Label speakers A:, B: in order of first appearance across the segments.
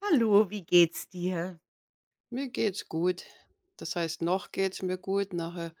A: Hallo, wie geht's dir?
B: Mir geht's gut. Das heißt, noch geht's mir gut. Nachher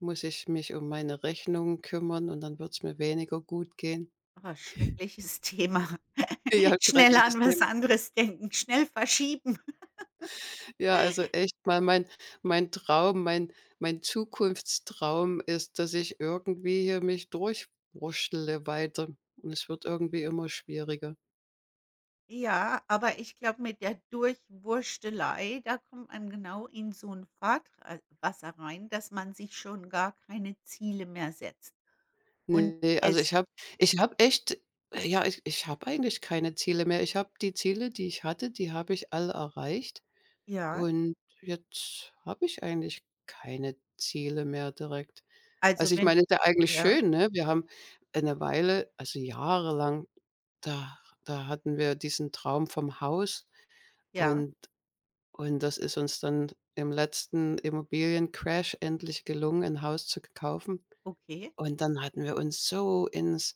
B: muss ich mich um meine Rechnungen kümmern und dann wird's mir weniger gut gehen.
A: Oh, schreckliches Thema.
B: Ja,
A: Schnell
B: schreckliches
A: an was
B: Thema.
A: anderes denken, schnell verschieben.
B: Ja, also echt mal mein Traum, mein Zukunftstraum ist, dass ich irgendwie hier mich durchwurstele weiter und es wird irgendwie immer schwieriger.
A: Ja, aber ich glaube, mit der Durchwurstelei, da kommt man genau in so ein Fahrtr rein, dass man sich schon gar keine Ziele mehr setzt. Und
B: Ne, also
A: es
B: ich habe echt ja, ich habe eigentlich keine Ziele mehr. Ich habe die Ziele, die ich hatte, die habe ich alle erreicht.
A: ja,
B: Und jetzt habe ich eigentlich keine Ziele mehr direkt.
A: also
B: Also, ich
A: wenn
B: meine, ist ja eigentlich
A: Ja,
B: schön, ne? Wir haben, eine Weile also, jahrelang, da hatten wir diesen Traum vom Haus
A: ja,
B: und und das ist uns dann im letzten Immobiliencrash endlich gelungen, ein Haus zu kaufen.
A: okay.
B: Und dann hatten wir uns so ins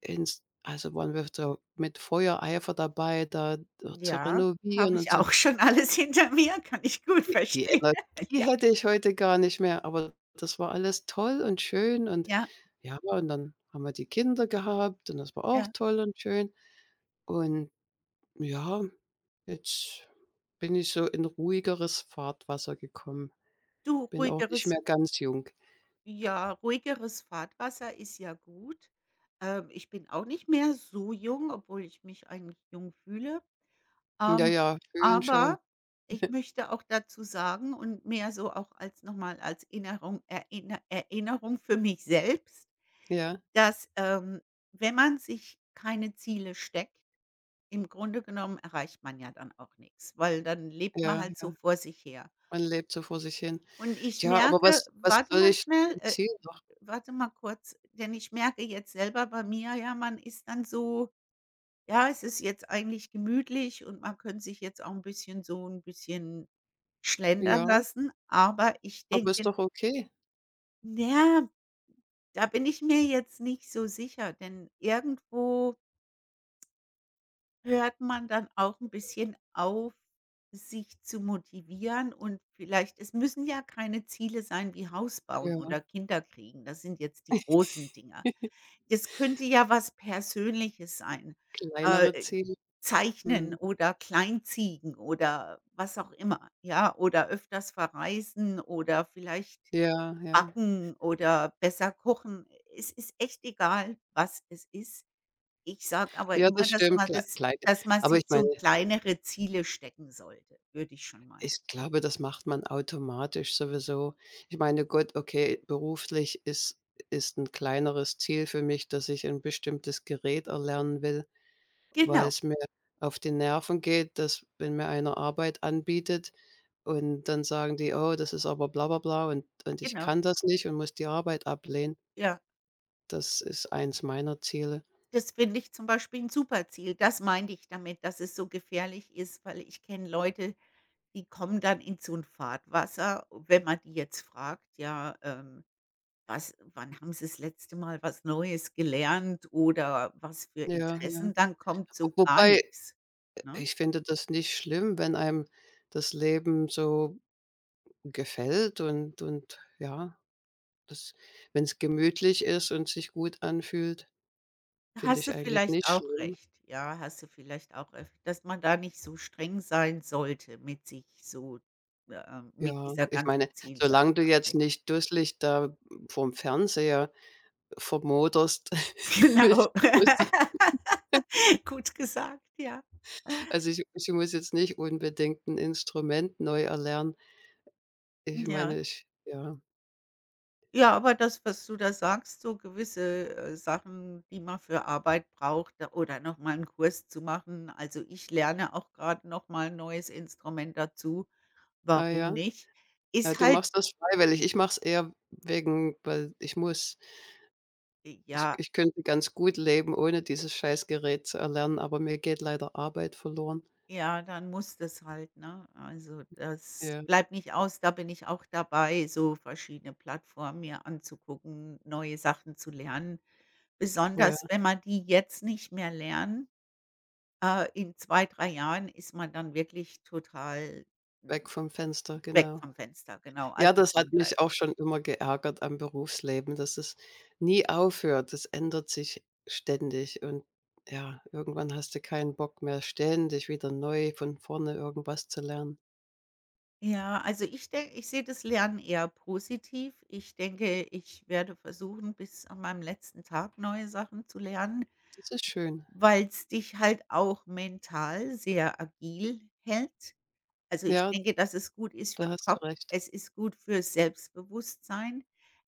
B: ins also, waren wir so mit Feuereifer dabei, da zu
A: Ja, habe
B: renovieren und
A: ich
B: zu
A: auch schon alles hinter mir, kann ich gut
B: Die
A: verstehen.
B: Energie
A: Ja,
B: hätte ich heute gar nicht mehr, aber das war alles toll und schön und
A: ja,
B: ja, und dann haben wir die Kinder gehabt und das war auch
A: ja.
B: toll und schön. Und ja, jetzt bin ich so in ruhigeres Fahrtwasser gekommen.
A: Du,
B: Bin auch nicht
A: ruhigeres
B: mehr ganz jung.
A: Ja, ruhigeres Fahrtwasser ist ja gut. Ich bin auch nicht mehr so jung, obwohl ich mich eigentlich jung fühle.
B: Ja,
A: Ähm,
B: ja, fühlen schon.
A: aber ich möchte auch dazu sagen und mehr so auch als nochmal als Erinnerung für mich selbst,
B: Ja,
A: dass, wenn man sich keine Ziele steckt, im Grunde genommen erreicht man ja dann auch nichts, weil dann lebt man
B: ja,
A: halt so
B: ja.
A: vor sich her.
B: Man lebt so vor sich hin.
A: Und ich
B: Ja, aber
A: merke
B: was soll ich für ein Ziel noch?
A: warte mal kurz, denn ich merke jetzt selber bei mir, ja, man ist dann so, ja, es ist jetzt eigentlich gemütlich und man könnte sich jetzt auch ein bisschen so ein bisschen schlendern
B: Ja,
A: lassen, aber ich
B: aber ist
A: denke,
B: doch okay.
A: ja, da bin ich mir jetzt nicht so sicher, denn irgendwo hört man dann auch 'n bisschen auf, sich zu motivieren, und vielleicht, es müssen ja keine Ziele sein wie Haus bauen
B: Ja,
A: oder Kinder kriegen. Das sind jetzt die großen Dinger. Es könnte ja was Persönliches sein, äh,
B: kleinere
A: äh,
B: Ziele.
A: Zeichnen
B: Mhm.
A: oder Kleinziegen oder was auch immer, ja? Oder öfters verreisen oder vielleicht
B: Ja, ja.
A: backen oder besser kochen. Es ist echt egal, was es ist. Ich sage aber
B: Ja,
A: immer,
B: das stimmt, klei kleine
A: dass man
B: aber
A: sich
B: ich
A: so
B: meine,
A: kleinere Ziele stecken sollte, würde ich schon meinen.
B: ich glaube, das macht man automatisch sowieso. Ich meine, gut, okay, beruflich ist ist 'n kleineres Ziel für mich, dass ich ein bestimmtes Gerät erlernen will,
A: Genau,
B: weil's mir auf die Nerven geht, dass wenn mir einer Arbeit anbietet und dann sagen die: „Oh, das ist aber bla bla bla und ich
A: genau,
B: kann das nicht und muss die Arbeit ablehnen.“
A: ja.
B: Das ist eins meiner Ziele.
A: Das finde ich zum Beispiel 'n super Ziel. Das meinte ich damit, dass es so gefährlich ist, weil ich kenne Leute, die kommen dann in so 'n Fahrtwasser, wenn man die jetzt fragt, ja, was wann haben Sie das letzte Mal was Neues gelernt oder was für
B: Ja, ja.
A: Interessen, dann kommt
B: Wo
A: so gar
B: wobei
A: nix, ne?
B: ich finde das nicht schlimm, wenn einem das Leben so gefällt und ja, wenn es gemütlich ist und sich gut anfühlt, finde
A: Hast du
B: ich eigentlich
A: vielleicht
B: nicht
A: auch
B: schlimm.
A: recht. Ja, hast du vielleicht auch recht, dass man da nicht so streng sein sollte mit sich, so, mit
B: Ja,
A: dieser
B: ich
A: ganzen
B: meine, solange du jetzt
A: Zielsatzerei.
B: nicht dusselig da vorm Fernseher vermoderst, will ich
A: Genau.
B: nur sagen.
A: Gut gesagt, ja.
B: Also, ich muss jetzt nicht unbedingt ein Instrument neu erlernen. Ich
A: Ja.
B: meine, ich ja.
A: Ja, aber das, was du da sagst, so gewisse, Sachen, die man für Arbeit braucht da, oder noch mal 'n Kurs zu machen. Also, ich lerne auch gerade noch mal 'n neues Instrument dazu.
B: Ah
A: Warum
B: ja?
A: nicht?
B: Ja,
A: Ist
B: du
A: halt.
B: machst das freiwillig. Ich mache es eher wegen weil ich muss. Ich
A: Ja.
B: ich könnte ganz gut leben, ohne dieses Scheißgerät zu erlernen, aber mir geht leider Arbeit verloren.
A: Ja, dann muss das halt, ne? Also, das
B: Ja,
A: bleibt nicht aus. Da bin ich auch dabei, so verschiedene Plattformen mir anzugucken, neue Sachen zu lernen.
B: ja,
A: Besonders wenn man die jetzt nicht mehr lernen, in 2-3 Jahren ist man dann wirklich total
B: weg
A: n
B: vom Fenster,
A: weg
B: genau.
A: vom Fenster, genau,
B: Ja,
A: also
B: das hat mich
A: dranbleiben.
B: auch schon immer geärgert am Berufsleben, dass es nie aufhört. Das ändert sich ständig und ja, irgendwann hast du keinen Bock mehr, ständig wieder neu von vorne irgendwas zu lernen.
A: Ja, also ich denke, ich sehe das Lernen eher positiv. Ich denke, ich werde versuchen, bis an meinem letzten Tag neue Sachen zu lernen,
B: Das ist schön.
A: weil es dich halt auch mental sehr agil hält. Also, ich
B: Ja,
A: denke, dass es gut ist für
B: da
A: den
B: hast du
A: Kopf.
B: recht.
A: Es ist gut fürs Selbstbewusstsein.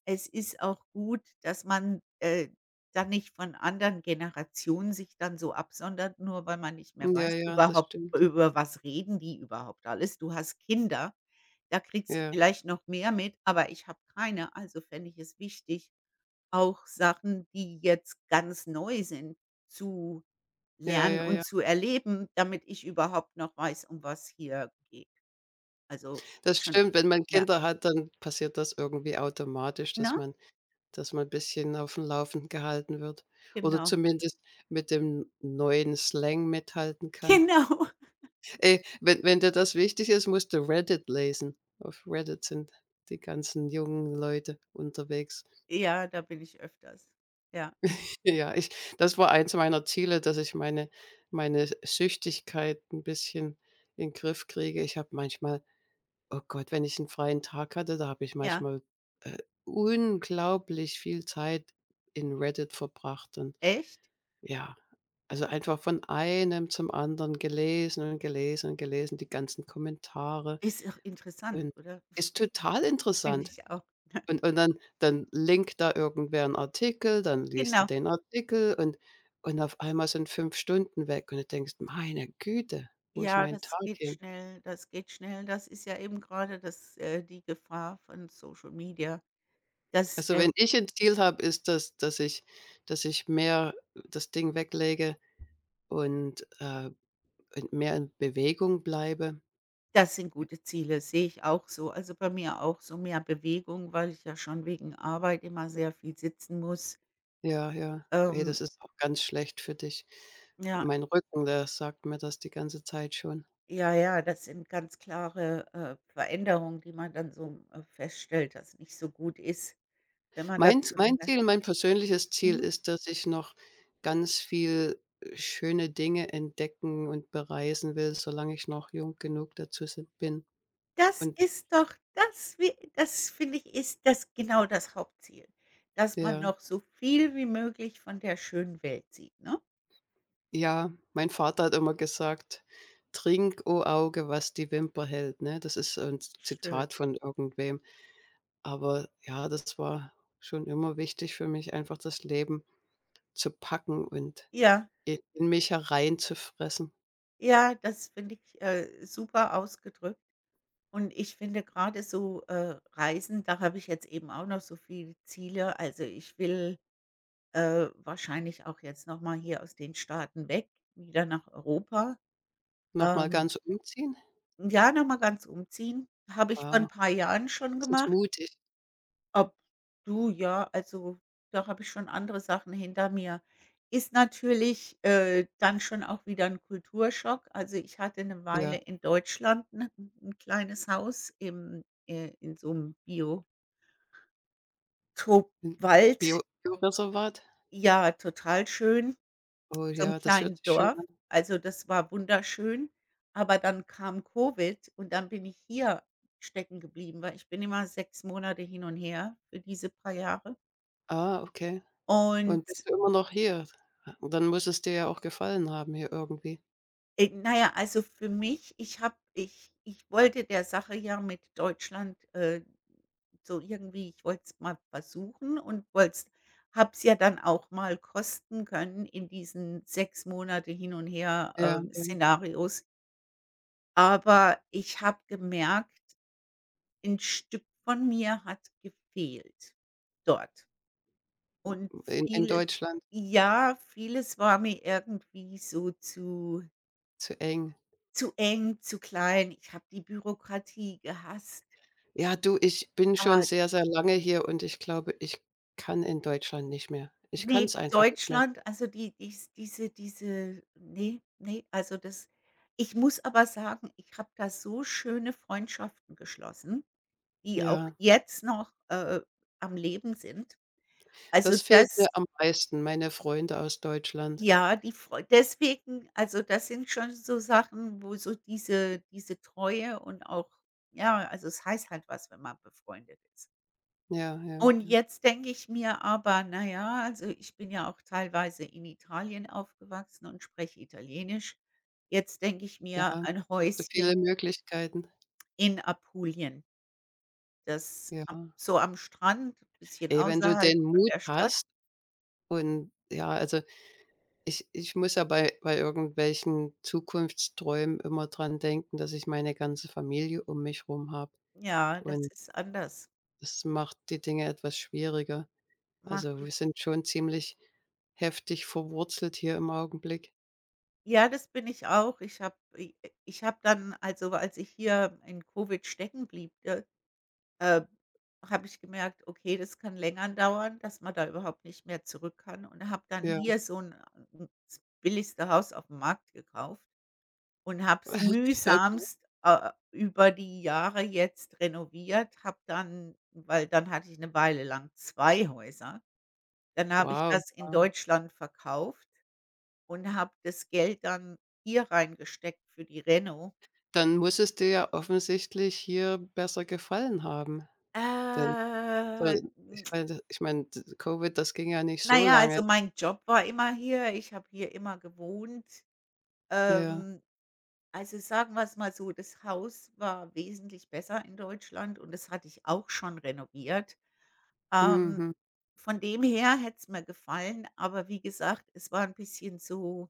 A: Es ist auch gut, dass man, dann nicht von anderen Generationen sich dann so absondert, nur weil man nicht mehr
B: Ja,
A: weiß
B: ja, das
A: überhaupt,
B: stimmt.
A: über was reden die überhaupt alles. Du hast Kinder, da kriegst du
B: Ja,
A: vielleicht noch mehr mit, aber ich habe keine, also fände ich es wichtig, auch Sachen, die jetzt ganz neu sind, zu
B: ja,
A: lernen
B: ja,
A: und
B: ja.
A: zu erleben, damit ich überhaupt noch weiß, um was hier geht. Also,
B: Das
A: ist schon,
B: stimmt, wenn man
A: ja,
B: Kinder hat, dann passiert das irgendwie automatisch, dass
A: ne?
B: man dass man bisschen aufm Laufenden gehalten wird oder
A: Genau.
B: zumindest mit dem neuen Slang mithalten kann.
A: Genau.
B: Ey, wenn dir das wichtig ist, musst du Reddit lesen. Auf Reddit sind die ganzen jungen Leute unterwegs.
A: Ja, da bin ich öfters. Ja,
B: Ja, ich das war eins meiner Ziele, dass ich meine Süchtigkeit 'n bisschen in Griff kriege. Ich habe manchmal oh Gott, wenn ich einen freien Tag hatte, da habe ich
A: ja.
B: manchmal, äh, unglaublich viel Zeit in Reddit verbracht und
A: Echt?
B: ja, also einfach von einem zum anderen gelesen und gelesen und gelesen, die ganzen Kommentare
A: Ist auch interessant,
B: und
A: oder?
B: ist total
A: Finde
B: interessant.
A: ich auch.
B: Und und dann linkt da irgendwer einen Artikel, dann liest du
A: Genau.
B: den Artikel und auf einmal sind 5 Stunden weg und du denkst: „Meine Güte, wo ist
A: Ja,
B: mein Tag
A: das geht
B: hin?“
A: schnell, das geht schnell. Das ist ja eben gerade das die Gefahr von Social Media. Das
B: Also,
A: äh,
B: wenn ich ein Ziel habe, ist das, dass ich mehr das Ding weglege und, in mehr in Bewegung bleibe.
A: Das sind gute Ziele, sehe ich auch so. Also, bei mir auch, so mehr Bewegung, weil ich ja schon wegen Arbeit immer sehr viel sitzen muss.
B: Ja, ja. Ey,
A: Ähm,
B: das ist auch ganz schlecht für dich.
A: ja,
B: Mein Rücken, der sagt mir das die ganze Zeit schon.
A: ja, ja, das sind ganz klare, Veränderungen, die man dann so, feststellt, dass nicht so gut ist, wenn man da
B: Mein
A: zu
B: mein
A: lange
B: Ziel, mein persönliches Ziel
A: mhm.
B: ist, dass ich noch ganz viel schöne Dinge entdecken und bereisen will, solange ich noch jung genug dazu sin bin
A: Das
B: und
A: ist doch das finde ich, ist das genau das Hauptziel, dass man
B: ja.
A: noch so viel wie möglich von der schönen Welt sieht, ne?
B: Ja, mein Vater hat immer gesagt: „Trink, o Auge, was die Wimper hält“, ne? Das ist so 'n Z
A: Schön.
B: Zitat von irgendwem. Aber ja, das war schon immer wichtig für mich, einfach das Leben zu packen und
A: Ja,
B: i in mich hereinzufressen.
A: ja, das finde ich, super ausgedrückt. Und ich finde gerade so, Reisen, da habe ich jetzt eben auch noch so viele Ziele. Also, ich will Wahrscheinlich auch jetzt noch mal hier aus den Staaten weg, wieder nach Europa.
B: Noch mal
A: Ähm,
B: ganz umziehen?
A: ja, noch mal ganz umziehen. Habe ich vor ein
B: Wow,
A: paar Jahren schon
B: das ist
A: gemacht.
B: mutig.
A: Ob Du, ja, also, da habe ich schon andere Sachen hinter mir. Ist natürlich, dann schon auch wieder ein Kulturschock. Also, ich hatte eine
B: Ja,
A: Weile in Deutschland ein 'n kleines Haus im in so einem
B: in
A: Biotopwald.
B: Bio Bioreservat?
A: Ja, total schön,
B: Oh
A: zum
B: ja, das hört
A: kleinen
B: sich schön
A: Dorf.
B: an.
A: Also, das war wunderschön, aber dann kam Covid und dann bin ich hier stecken geblieben, weil ich bin immer 6 Monate hin und her für diese paar Jahre.
B: Ah, okay.
A: Und,
B: Und bist du immer noch hier? Dann muss es dir ja auch gefallen haben hier irgendwie.
A: na ja, also für mich, ich wollte der Sache ja mit Deutschland, so irgendwie, ich wollte es mal versuchen und wollte es habe es ja dann auch mal kosten können in diesen 6 Monate hin und her,
B: Ja, ja,
A: Szenarios. Aber ich habe gemerkt, ein Stück von mir hat gefehlt dort. Und
B: in
A: vieles,
B: Deutschland.
A: ja, vieles war mir irgendwie so zu
B: Zu eng.
A: zu eng, zu klein. Ich habe die Bürokratie gehasst.
B: Ja, du, ich bin schon
A: Ah,
B: sehr, sehr lange hier und ich glaube, ich kann in Deutschland nicht mehr. Ich kann
A: ne,
B: es einfach nicht mehr.
A: Deutschland, also die dies diese diese nee, nee, also das, ich muss aber sagen, ich habe da so schöne Freundschaften geschlossen, die auch
B: Ja,
A: jetzt noch, am Leben sind. Also,
B: das fehlt
A: das,
B: mir am meisten, meine Freunde aus Deutschland.
A: ja, die Freu deswegen, also, das sind schon so Sachen, wo so diese Treue und auch, ja, also, es heißt halt was, wenn man befreundet ist.
B: Ja, ja,
A: Und jetzt denke ich mir aber: „Na ja, also, ich bin ja auch teilweise in Italien aufgewachsen und spreche Italienisch." Jetzt denke ich
B: ja.
A: mir ein
B: Hast du viele
A: Häuschen
B: Möglichkeiten.
A: in Apulien, das
B: Ja.
A: am, so am Strand, bisschen
B: Ey, wenn du
A: außerhalb
B: den
A: von
B: Mut
A: der Stadt.
B: hast und ja, also ich muss ja bei irgendwelchen Zukunftsträumen immer dran denken, dass ich meine ganze Familie um mich rum habe
A: Ja, das
B: und
A: ist anders.
B: das macht die Dinge etwas schwieriger.
A: Macht
B: Also, wir sind schon ziemlich heftig verwurzelt hier im Augenblick.
A: Ja, das bin ich auch. Ich habe dann, also, als ich hier in Covid stecken blieb, äh, habe ich gemerkt, okay, das kann länger dauern, dass man da überhaupt nicht mehr zurück kann, und habe dann
B: Ja.
A: hier so ein n das billigste Haus aufm Markt gekauft und habe es
B: Okay.
A: mühsamst, über die Jahre jetzt renoviert, habe dann weil dann hatte ich eine Weile lang 2 Häuser. Dann habe ich
B: Wow,
A: das in
B: wow.
A: Deutschland verkauft. Und habe das Geld dann hier reingesteckt für die Reno.
B: Dann muss es dir ja offensichtlich hier besser gefallen haben, denn so
A: Äh,
B: ich meine ich meine, d Covid, das ging ja nicht
A: na
B: so
A: ja,
B: lange.
A: also mein Job war immer hier. Ich habe hier immer gewohnt.
B: Ja.
A: Ähm, also sagen wir es mal so, das Haus war wesentlich besser in Deutschland und das hatte ich auch schon renoviert. Ähm,
B: Mhm.
A: von dem her hätte es mir gefallen, aber wie gesagt, es war ein bisschen so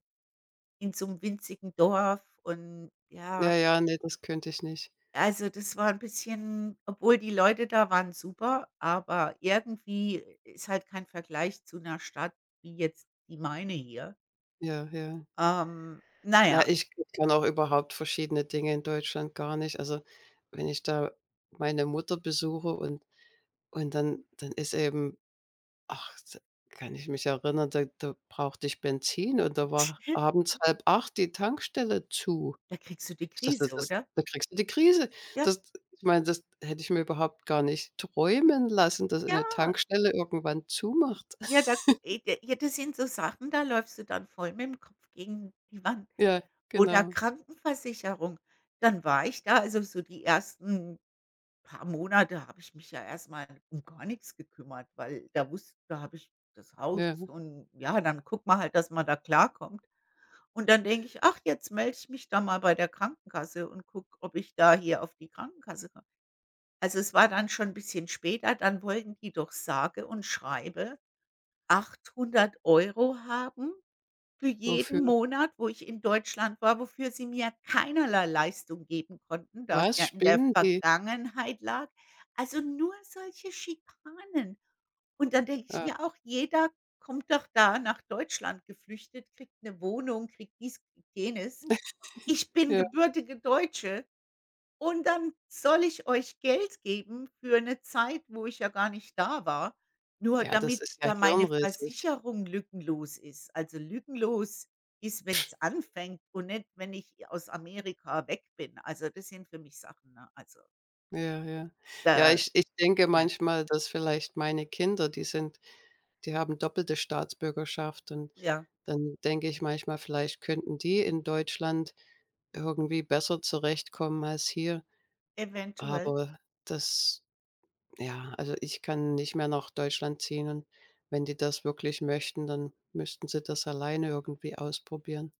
A: in so einem winzigen Dorf, und ja.
B: Ja, ja, nee, das könnte ich nicht.
A: Also, das war ein bisschen, obwohl die Leute da waren super, aber irgendwie, ist halt kein Vergleich zu einer Stadt wie jetzt die meine hier.
B: Ja, ja.
A: Na ja,
B: Na, ich kann auch überhaupt verschiedene Dinge in Deutschland gar nicht. Also, wenn ich da meine Mutter besuche und dann ist eben ach, da kann ich mich erinnern, da brauchte ich Benzin und da war abends halb 8 die Tankstelle zu.
A: da kriegst du die
B: Ich dachte,
A: Krise,
B: das
A: oder?
B: da kriegst du die Krise.
A: Ja,
B: Das ich meine, das hätte ich mir überhaupt gar nicht träumen lassen, dass eine
A: ja,
B: Tankstelle irgendwann zumacht.
A: ja, da e d ja, das sind so Sachen, da läufst du dann voll mit dem Kopf gegen die Wand.
B: Ja,
A: Oder
B: genau.
A: Krankenversicherung. Dann war ich da, also so die ersten paar Monate habe ich mich ja erstmal um gar nichts gekümmert, weil da wusste, da habe ich das
B: Ja,
A: Haus und, ja, dann guckt man halt, dass man da klarkommt. Und dann denke ich: „Ach, jetzt melde ich mich da mal bei der Krankenkasse und guck, ob ich da hier auf die Krankenkasse komme." Also, es war dann schon 'n bisschen später, dann wollten die doch, sage und schreibe, 800 Euro haben. Für jeden
B: wofür?
A: Monat, wo ich in Deutschland war, wofür sie mir keinerlei Leistung geben konnten, da es
B: Was
A: ja in der
B: spinnen die?
A: Vergangenheit lag. Also, nur solche Schikanen. Und dann denke ich
B: Ja,
A: mir auch, jeder kommt doch da nach Deutschland geflüchtet, kriegt eine Wohnung, kriegt dies, kriegt jenes. Ich bin
B: ja.
A: gebürtige Deutsche, und dann soll ich euch Geld geben für 'ne Zeit, wo ich ja gar nicht da war, nur
B: Ja, das
A: damit
B: ist ja
A: da meine
B: hirnrissig.
A: Versicherung lückenlos ist. Also, lückenlos ist, wenn's anfängt und nicht, wenn ich aus Amerika weg bin. Also, das sind für mich Sachen, ne? Also,
B: Ja, ja. Ja,
A: da,
B: ich denke
A: ne,
B: manchmal, dass vielleicht meine Kinder, die sind die haben doppelte Staatsbürgerschaft und
A: ja,
B: dann denke ich manchmal, vielleicht könnten die in Deutschland irgendwie besser zurechtkommen als hier.
A: eventuell.
B: Aber das ja, also ich kann nicht mehr nach Deutschland ziehen und wenn die das wirklich möchten, dann müssten sie das alleine irgendwie ausprobieren.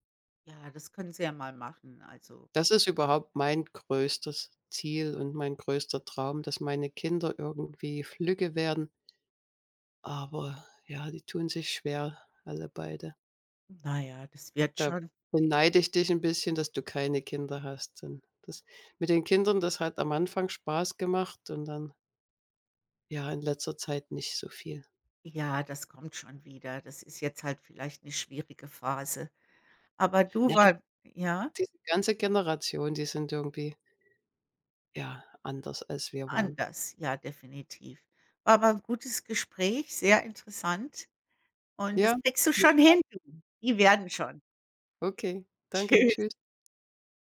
A: Ja, das können sie ja mal machen. Also,
B: Das ist überhaupt mein größtes Ziel und mein größter Traum, dass meine Kinder irgendwie flügge werden, aber ja, die tun sich schwer, alle beide.
A: na ja, das wird
B: Da
A: schon.
B: beneide ich dich ein bisschen, dass du keine Kinder hast, denn das mit den Kindern, das hat am Anfang Spaß gemacht und dann, ja, in letzter Zeit nicht so viel.
A: Ja, das kommt schon wieder. Das ist jetzt halt vielleicht 'ne schwierige Phase. Aber du,
B: Ja,
A: war ja?
B: diese ganze Generation, die sind irgendwie, ja, anders als wir waren.
A: Anders, ja, definitiv. War aber ein gutes Gespräch, sehr interessant, und das
B: Ja,
A: kriegst du
B: hat mir
A: schon
B: Sp
A: hin, du. Die werden schon.
B: okay, danke,
A: Tschüss.
B: tschüss.